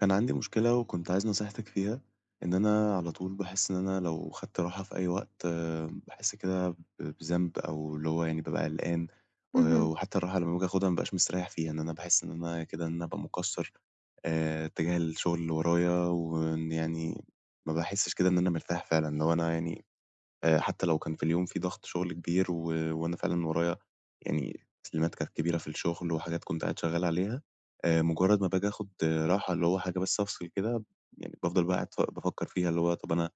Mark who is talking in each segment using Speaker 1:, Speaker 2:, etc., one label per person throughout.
Speaker 1: كان عندي مشكلة وكنت عايز نصيحتِك فيها، إن أنا على طول باحس إن أنا لو خدت راحة في أي وقت باحس كده بذنب أو اللي هو يعني بابقى قلقان، و
Speaker 2: اهم،
Speaker 1: وحتى الراحة لمّا باجي آخدها ما بابقاش مستريّح فيها، إن أنا باحس إن أنا كده إن أنا ابقى مقصّر تجاه الشغل اللي ورايا، وإن يعني ما باحسش كده إن أنا مرتاح فعلًا. اللي هو أنا يعني حتى لو كان في اليوم في ضغط شغل كبير وأنا فعلًا ورايا يعني تسليمات كانت كبيرة في الشغل وحاجات كنت قاعد شغّال عليها، مجرّد ما باجي آخُد راحة اللي هو حاجة بس أفصِل كده، يعني بافضل بقى قاعد بافكّر فيها اللي هو طَب أنا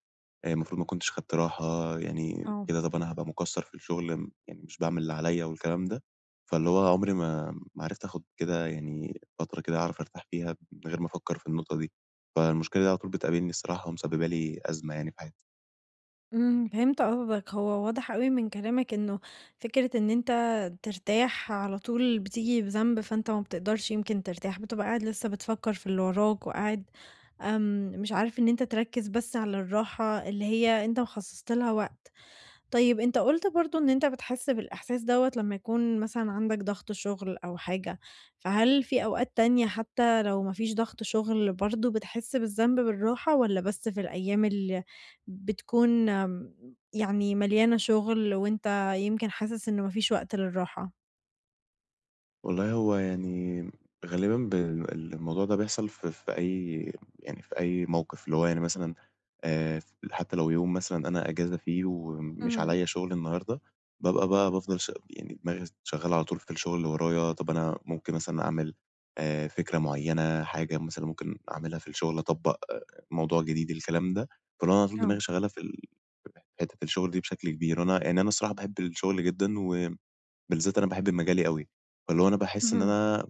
Speaker 1: المفروض ما كنتش خدت راحة، يعني
Speaker 2: آه،
Speaker 1: كده طَب أنا هابقى مُكَسّر في الشغل، يعني مش باعمل اللي عليّا والكلام ده. فاللي هو عُمري ما عرفت آخُد كده يعني فترة كده أعرف أرتاح فيها من غير ما أفكّر في النقطة دي، فالمشكلة دي على طول بتقابلني الصراحة ومسبّبة لي أزمة يعني في حياتي.
Speaker 2: إمم، فهمت قصدك، هو واضح أوي من كلامك إنه فكرة إن أنت ترتاح على طول بتيجي بذنب، فأنت ما بتقدرش يمكن ترتاح، بتبقى قاعد لسه بتفكّر في اللي وراك وقاعد، مش عارف إن أنت تركّز بس على الراحة اللي هي أنت مخصصت لها وقت. طيب أنت قُلت برضه إن أنت بتحس بالإحساس دوّة لمّا يكون مثلًا عندك ضغط شغل أو حاجة، فهل في أوقات تانية حتى لو ما فيش ضغط شغل برضه بتحس بالذنب بالراحة، والّا بس في الأيام اللي بتكون يعني مليانة شغل وأنت يمكن حاسس إنه ما فيش وقت للراحة؟
Speaker 1: والله هو يعني غالبًا الموضوع ده بيحصل في أي، يعني في أي موقف، اللي هو يعني مثلًا ف حتى لو يوم مثلًا أنا أجازة فيه ومش
Speaker 2: اهم،
Speaker 1: عليّا شغل النهارده، بابقى بقى بافضل يعني دماغي شغالة على طول في الشغل اللي ورايا. طب أنا ممكن مثلًا أعمل فكرة معيّنة، حاجة مثلًا ممكن أعملها في الشغل، أطبّق موضوع جديد، الكلام ده. فاللي هو أنا على طول
Speaker 2: آه،
Speaker 1: دماغي شغالة في حتّة الشغل دي بشكل كبير، وأنا يعني أنا الصراحة باحب الشغل جدًا، وبالذات أنا باحب مجالي أوي. فاللي هو أنا باحس إن
Speaker 2: اهم.
Speaker 1: أنا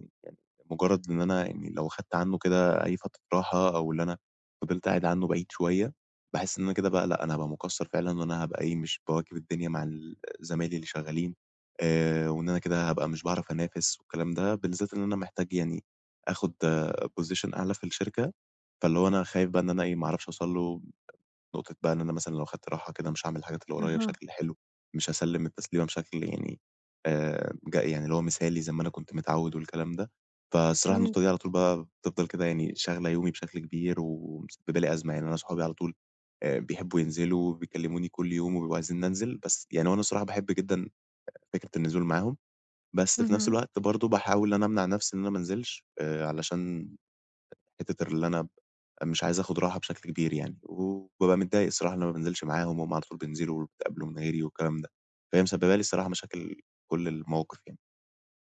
Speaker 1: مجرد إن أنا يعني لو أخدت عنه كده أي فترة راحة أو اللي أنا فضلت قاعد عنه بعيد شوية، باحس إن أنا كده بقى لأ، أنا هابقى مُقصّر فعلًا، وأنا هابقى إيه، مش باواكب الدنيا مع زمايلي اللي شغّالين، وإن أنا كده هابقى مش باعرف أنافس والكلام ده، بالذات إن أنا محتاج يعني آخُد position أعلى في الشركة. فاللي هو أنا خايف بقى إن أنا إيه، ما أعرفش أوصل له نقطة بقى، إن أنا مثلًا لو خدت راحة كده مش هاعمل الحاجات اللي ورايا
Speaker 2: أها،
Speaker 1: بشكل حلو، مش هاسلِّم التسليمة بشكل يعني ج يعني اللي هو مثالي زي ما أنا كنت متعوِّد والكلام ده. فالصراحة النقطة
Speaker 2: فهمت،
Speaker 1: دي على طول بقى بتفضل كده يعني شاغلة يومي بشكل كبير، ومسببة لي أزمة. يعني أنا صحابي على طول بيحبّوا ينزلوا وبيكلموني كل يوم وبيبقوا عايزين ننزل، بس يعني وأنا الصراحة باحب جدًا فكرة النزول معاهم، بس في نفس
Speaker 2: اهم.
Speaker 1: الوقت برضه باحاول إن أنا أمنع نفسي إن أنا ما أنزلش علشان حتّة اللي أنا مش عايز آخُد راحة بشكل كبير يعني، وبابقى متضايق الصراحة إن أنا ما بانزلش معاهم، وهُم على طول بينزلوا وبيتقابلوا من غيري والكلام ده. فهي مسبّبة لي الصراحة مشاكل كل المواقف يعني.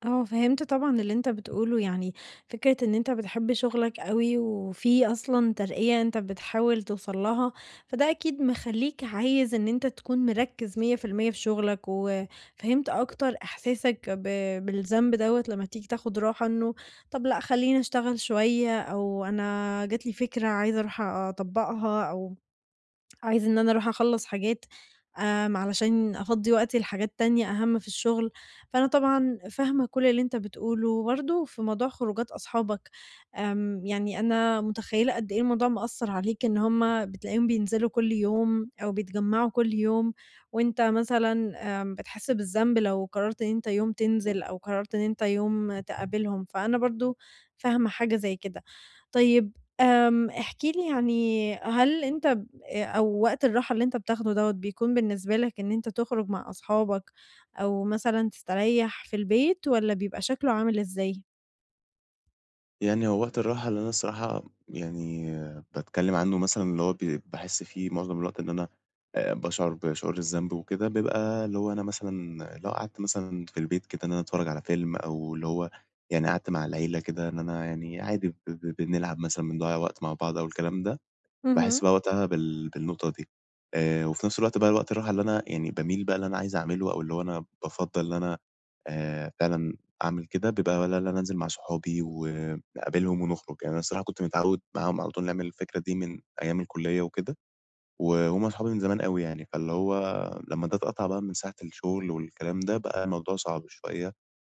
Speaker 2: آه، فهمت طبعًا اللي أنت بتقوله، يعني فكرة إن أنت بتحب شغلك أوي وفي أصلًا ترقية أنت بتحاول توصل لها، فده أكيد مخلّيك عايز إن أنت تكون مركّز 100% في المية في شغلك، وفهمت أكتر إحساسك بالذنب دوّة لمّا تيجي تاخد راحة إنه طب لأ خلّيني أشتغل شوية، أو أنا جات لي فكرة عايزة أروح أطبّقها أو عايزة إن أنا أروح أخلّص حاجات، علشان أفضّي وقتي لحاجات تانية أهَم في الشغل، فأنا طبعًا فاهمة كل اللي أنت بتقوله، وبرضه في موضوع خروجات أصحابك، يعني أنا متخيّلة قد إيه الموضوع مأثّر عليك إن هُم بتلاقيهم بينزلوا كل يوم أو بيتجمّعوا كل يوم، وأنت مثلًا بتحس بالذنب لو قررت إن أنت يوم تنزل أو قررت إن أنت يوم تقابلهم، فأنا برضه فاهمة حاجة زي كده. طيب احكِ لي يعني هل أنت ب أو وقت الراحة اللي أنت بتاخده دوّة بيكون بالنسبة لك إن أنت تخرج مع أصحابك أو مثلًا تستريّح في البيت والّا بيبقى شكله عامل إزاي؟
Speaker 1: يعني هو وقت الراحة اللي أنا الصراحة يعني باتكلّم عنّه مثلًا اللي هو باحس فيه معظم الوقت إن أنا باشعُر بشعور الذنب وكده، بيبقى اللي هو أنا مثلًا لو قعدت مثلًا في البيت كده إن أنا أتفرّج على فيلم، أو اللي هو يعني قعدت مع العيلة كده إن أنا يعني عادي ب ب بنلعب مثلًا، بنضيّع وقت مع بعض أو الكلام ده.
Speaker 2: اهم،
Speaker 1: باحس بقى وقتها بالنقطة دي. وفي نفس الوقت بقى وقت الراحة اللي أنا يعني باميل بقى اللي أنا عايز أعمله، أو اللي هو أنا بافضّل إن أنا فعلًا أعمل كده، بيبقى والّا اللي أنا أنزل مع صحابي ونقابلهم ونخرج. يعني أنا الصراحة كنت متعوّد معاهم على طول نعمل الفكرة دي من أيام الكُلّية وكده، وهُم صحابي من زمان أوي يعني. فاللي هو لمّا ده اتقطع بقى من ساعة الشغل والكلام ده، بقى الموضوع صعب شوية،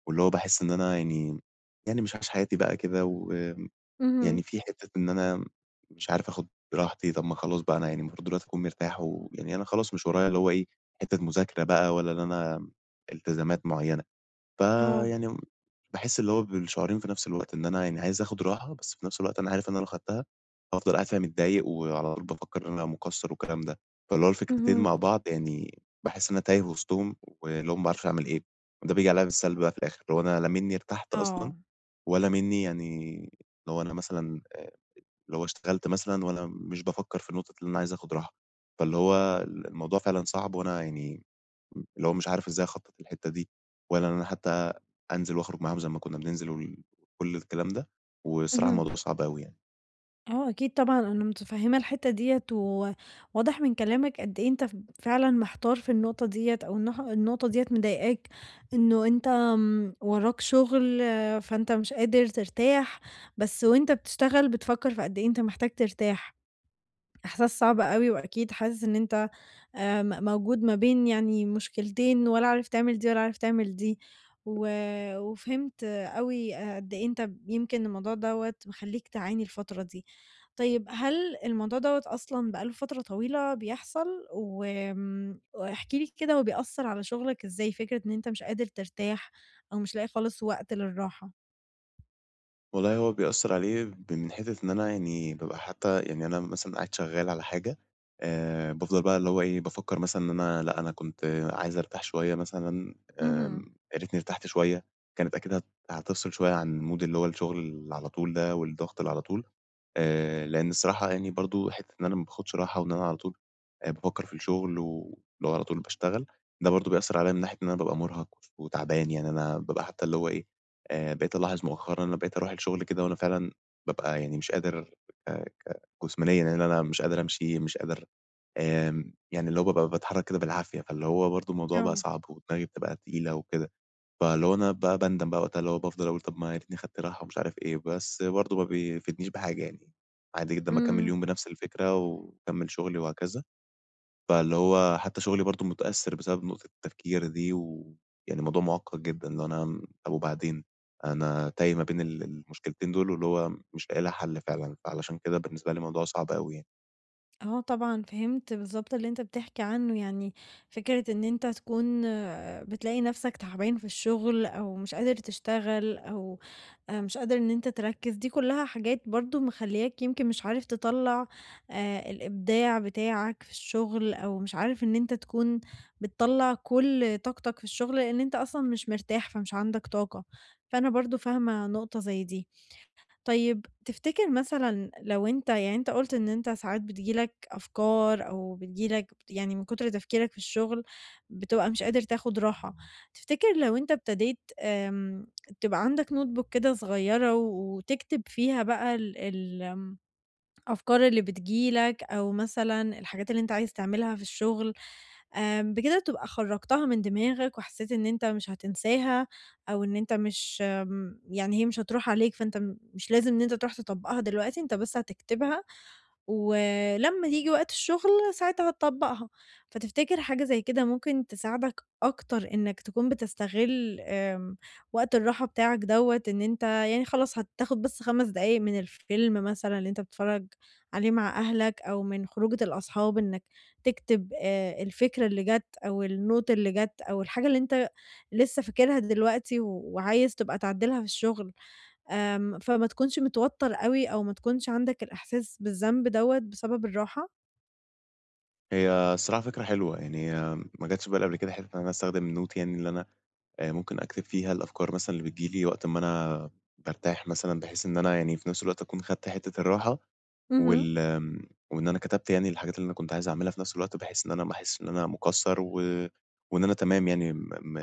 Speaker 1: واللي هو باحس إن أنا يعني مش عايش حياتي بقى كده، و يعني
Speaker 2: اهم،
Speaker 1: في حتّة إن أنا مش عارف آخُد راحتي. طَب ما خلاص بقى أنا يعني المفروض دلوقتي أكون مرتاح، ويعني أنا خلاص مش ورايا اللي هو إيه، حتّة مذاكرة بقى، ولا اللي أنا التزامات معيّنة.
Speaker 2: آه.
Speaker 1: فيعني باحس اللي هو بالشعورين في نفس الوقت، إن أنا يعني عايز آخُد راحة، بس في نفس الوقت أنا عارف إن أنا لو خدتها هافضل قاعد فيها متضايق، وعلى طول بافكّر إن أنا مُقصّر والكلام ده. فاللي هو الفكرتين
Speaker 2: اهم.
Speaker 1: مع بعض يعني باحس إن أنا تايه وسطهم، واللي هو ما باعرفش أعمل إيه، وده بييجي عليّا بالسلب بقى في الآخِر، اللي هو أنا لا منّي ارتحت أصلًا،
Speaker 2: آه،
Speaker 1: ولا منّي يعني اللي هو أنا مثلًا لو اشتغلت مثلًا وأنا مش بافكّر في نقطة اللي أنا عايز آخُد راحة. فاللي هو الموضوع فعلًا صعب، وأنا يعني اللي هو مش عارف إزاي أخطّط للحتّة دي، ولا إن أنا حتّى أنزل وأخرج معاهم زي ما كُنّا بننزل وكل الكلام ده، والصراحة
Speaker 2: اهم.
Speaker 1: الموضوع صعب أوي يعني.
Speaker 2: آه، أكيد طبعًا أنا متفهمة الحتة ديّة، وواضح من كلامك قد إيه أنت فعلًا محتار في النقطة ديّة، أو النقطة ديّة مضايقاك، إنه أنت، وراك شغل آه، فأنت مش قادر ترتاح، بس وأنت بتشتغل بتفكر في قد إيه أنت محتاج ترتاح. إحساس صعب أوي، وأكيد حاسس إن أنت م موجود ما بين يعني مشكلتين ولا عارف تعمل دي ولا عارف تعمل دي، و وفهمت أوي قد إيه أنت يمكن الموضوع دوّة مخلّيك تعاني الفترة دي. طيب هل الموضوع دوّة أصلًا بقى له فترة طويلة بيحصل؟ وآمم واحكِ لي كده هو بيأثّر على شغلك إزاي، فكرة إن أنت مش قادر ترتاح أو مش لاقي خالص وقت للراحة؟
Speaker 1: والله هو بيأثّر عليه من حتّة إن أنا يعني بابقى حتّى، يعني أنا مثلًا قاعد شغّال على حاجة بافضل بقى اللي هو إيه، بافكّر مثلًا إن أنا لأ، أنا كنت عايز أرتاح شوية مثلًا،
Speaker 2: اهم.
Speaker 1: يا ريتني ارتحت شوية، كانت أكيد هتفصل شوية عن mood اللي هو الشغل اللي على طول ده والضغط اللي على طول. لإن الصراحة يعني برضه حتّة إن أنا ما باخدش راحة، وإن أنا على طول بافكّر في الشغل واللي هو على طول باشتغل، ده برضه بيأثّر عليَّ من ناحية إن أنا بابقى مرهق وتعبان. يعني أنا بابقى حتّى اللي هو إيه، بقيت ألاحظ مؤخرًا أنا بقيت أروح الشغل كده وأنا فعلًا بابقى يعني مش قادر، آآ، جسمانيًا يعني أنا مش قادر أمشي، مش قادر، يعني اللي هو بابقى باتحرّك كده بالعافية، فاللي هو برضه الموضوع بقى
Speaker 2: آه.
Speaker 1: صعب، ودماغي بتبقى تقيلة وكده. فاللي هو أنا بقى باندم بقى وقتها، اللي هو بافضل أقول طب ما يا ريتني خدت راحة ومش عارف إيه، بس برضه ما بيفيدنيش بحاجة يعني، عادي جدًا باكمّل
Speaker 2: إمم.
Speaker 1: اليوم بنفس الفكرة واكمّل شغلي وهكذا. فاللي هو حتى شغلي برضه متأثّر بسبب نقطة التفكير دي، ويعني الموضوع معقّد جدًا، اللي هو أنا طب وبعدين؟ أنا تايه ما بين المشكلتين دول، واللي هو مش لاقي لها حل فعلًا، فعلشان كده بالنسبة لي الموضوع صعب أوي يعني.
Speaker 2: آه طبعًا فهمت بالضبط اللي أنت بتحكي عنه، يعني فكرة إن أنت تكون آه، بتلاقي نفْسك تعبان في الشغل أو مش قادر تشتغل أو مش قادر إن أنت تركّز، دي كلّها حاجات برضه مخلّياك يمكن مش عارف تطلّع الإبداع بتاعك في الشغل أو مش عارف إن أنت تكون بتطلّع كل طاقتك في الشغل، لإن أنت أصلًا مش مرتاح فمش عندك طاقة، فأنا برضه فاهمة نقطة زي دي. طيب تفتكر مثلًا لو أنت يعني أنت قُلت إن أنت ساعات بتيجي لك أفكار أو بتيجي لك يعني من كتر تفكيرك في الشغل بتبقى مش قادر تاخد راحة، تفتكر لو أنت ابتديت، تبقى عندك notebook كده صغيرة و- وتكتب فيها بقى ال الأفكار اللي بتيجي لك أو مثلًا الحاجات اللي أنت عايز تعملها في الشغل، بكده تبقى خرّجتها من دماغك وحسيت إن أنت مش هتنساها أو إن أنت مش، يعني هي مش هتروح عليك، فأنت مش لازم إن أنت تروح تطبّقها دلوقتي، أنت بس هتكتبها ولمّا ييجي وقت الشغل ساعتها هتطبّقها. فتفتكر حاجة زي كده ممكن تساعدك أكتر إنك تكون بتستغل، وقت الراحة بتاعك دوّة إن أنت يعني خلاص هتاخد بس 5 دقايق من الفيلم مثلًا اللي أنت بتتفرّج عليه مع أهلك أو من خروجة الأصحاب إنك تكتب الفكرة اللي جات أو النوتة اللي جات أو الحاجة اللي أنت لسه فاكرها دلوقتي و- وعايز تبقى تعدِّلها في الشغل، فما تكونش متوتر أوي أو ما تكونش عندك الإحساس بالذنب دوّة بسبب الراحة؟
Speaker 1: هي الصراحة فكرة حلوة، يعني هي ما جاتش في بالي قبل كده، حتّة إن أنا أستخدم note يعني اللي أنا ممكن أكتب فيها الأفكار مثلًا اللي بتيجي لي وقت ما أنا بارتاح مثلًا، بحيث إن أنا يعني في نفس الوقت أكون خدت حتّة الراحة،
Speaker 2: اهم.
Speaker 1: وال آمم، وإن أنا كتبت يعني الحاجات اللي أنا كنت عايز أعملها في نفس الوقت، بحيث إن أنا ما أحسّش إن أنا مُقصّر، وإن أنا تمام يعني م م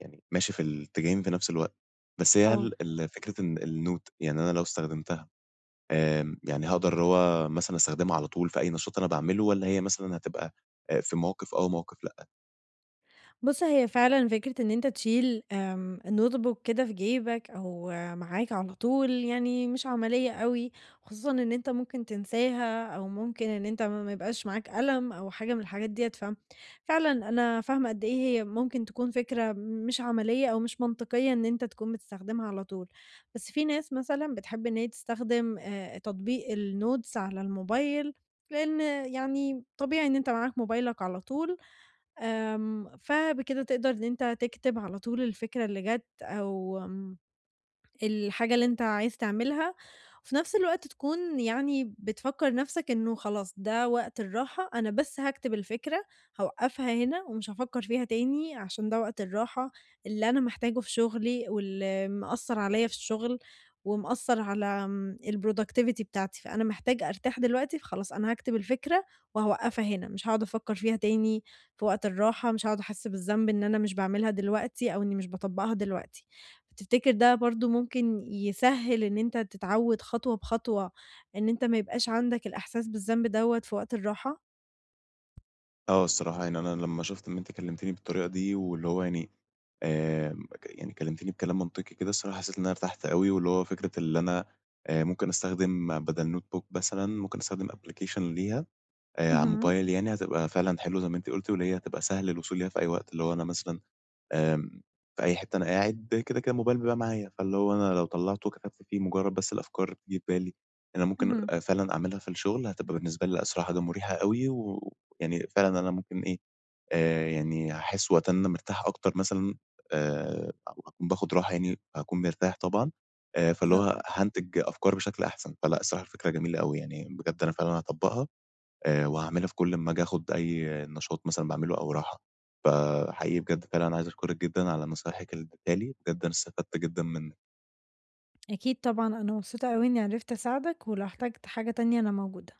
Speaker 1: يعني ماشي في الاتجاهين في نفس الوقت. بس هي
Speaker 2: آه.
Speaker 1: هل فكرة إن الnote يعني أنا لو استخدمتها، يعني هاقدر اللي هو مثلًا أستخدمها على طول في أي نشاط أنا باعمله، والّا هي مثلًا هتبقى في مواقف ومواقف لأ؟
Speaker 2: بُص، هي فعلًا فكرة إن أنت تشيل notebook كده في جيبك أو آه، معاك على طول يعني مش عملية أوي، خصوصًا إن أنت ممكن تنساها أو ممكن إن أنت ما يبقاش معاك قلم أو حاجة من الحاجات ديّة، ففعلًا أنا فاهمة قد إيه هي ممكن تكون فكرة مش عملية أو مش منطقية إن أنت تكون بتستخدمها على طول. بس في ناس مثلًا بتحب إن هي تستخدم تطبيق الnotes على الموبايل، لإن يعني طبيعي إن أنت معاك موبايلك على طول، فبكده تقدر إن أنت تكتب على طول الفكرة اللي جات أو، الحاجة اللي أنت عايز تعملها، وفي نفس الوقت تكون يعني بتفكّر نفسك إنه خلاص ده وقت الراحة، أنا بس هاكتب الفكرة، هاوقّفها هنا ومش هافكّر فيها تاني عشان ده وقت الراحة اللي أنا محتاجه في شغلي واللي مأثّر عليّا في الشغل ومأثّر على الproductivity بتاعتي، فأنا محتاج أرتاح دلوقتي، فخلاص أنا هاكتب الفكرة وهاوقّفها هنا، مش هاقعد أفكّر فيها تاني في وقت الراحة، مش هاقعد أحس بالذنب إن أنا مش باعملها دلوقتي أو إني مش باطبّقها دلوقتي. فتفتكر ده برضه ممكن يسهّل إن أنت تتعوّد خطوة بخطوة إن أنت ما يبقاش عندك الإحساس بالذنب دوّة في وقت الراحة؟
Speaker 1: آه، الصراحة يعني أنا لمّا شُفت إن أنتِ كلّمتيني بالطريقة دي، واللي هو يعني آمم ك يعني كلّمتيني بكلام منطقي كده، الصراحة حسّيت إن أنا ارتحت أوي، واللي هو فكرة اللي أنا ممكن أستخدم بدل notebook مثلًا ممكن أستخدم application ليها على
Speaker 2: اهم،
Speaker 1: الموبايل يعني، هتبقى فعلًا حلوة زي ما أنتِ قُلتِ، واللي هي هتبقى سهل الوصول ليها في أي وقت. اللي هو أنا مثلًا آمم، في أي حتة أنا قاعد كده، كده الموبايل بيبقى معايا، فاللي هو أنا لو طلّعته وكتبت فيه مجرّد بس الأفكار اللي بتيجي في بالي، أنا ممكن
Speaker 2: اهم،
Speaker 1: فعلًا أعملها في الشغل، هتبقى بالنسبة لي الصراحة حاجة مُريحة أوي، ويعني فعلًا أنا ممكن إيه، يعني هاحس وقتها إن أنا مرتاح أكتر مثلًا، أو هاكون باخد راحة يعني، هاكون مرتاح طبعًا، فاللي
Speaker 2: بالضبط.
Speaker 1: هو هانتج أفكار بشكل أحسن. فلأ الصراحة الفكرة جميلة أوي يعني، بجد أنا فعلًا هاطبّقها، وهاعملها في كل أمّا آجي آخُد أي نشاط مثلًا باعمله أو راحة. فحقيقي بجد فعلًا عايز أشكرِك جدًا على نصايحِك اللي ادّيتها لي، بجد أنا استفدت جدًا من
Speaker 2: أكيد طبعًا، أنا مبسوطة أوي إني عرفت أساعدك، ولو احتجت حاجة تانية أنا موجودة.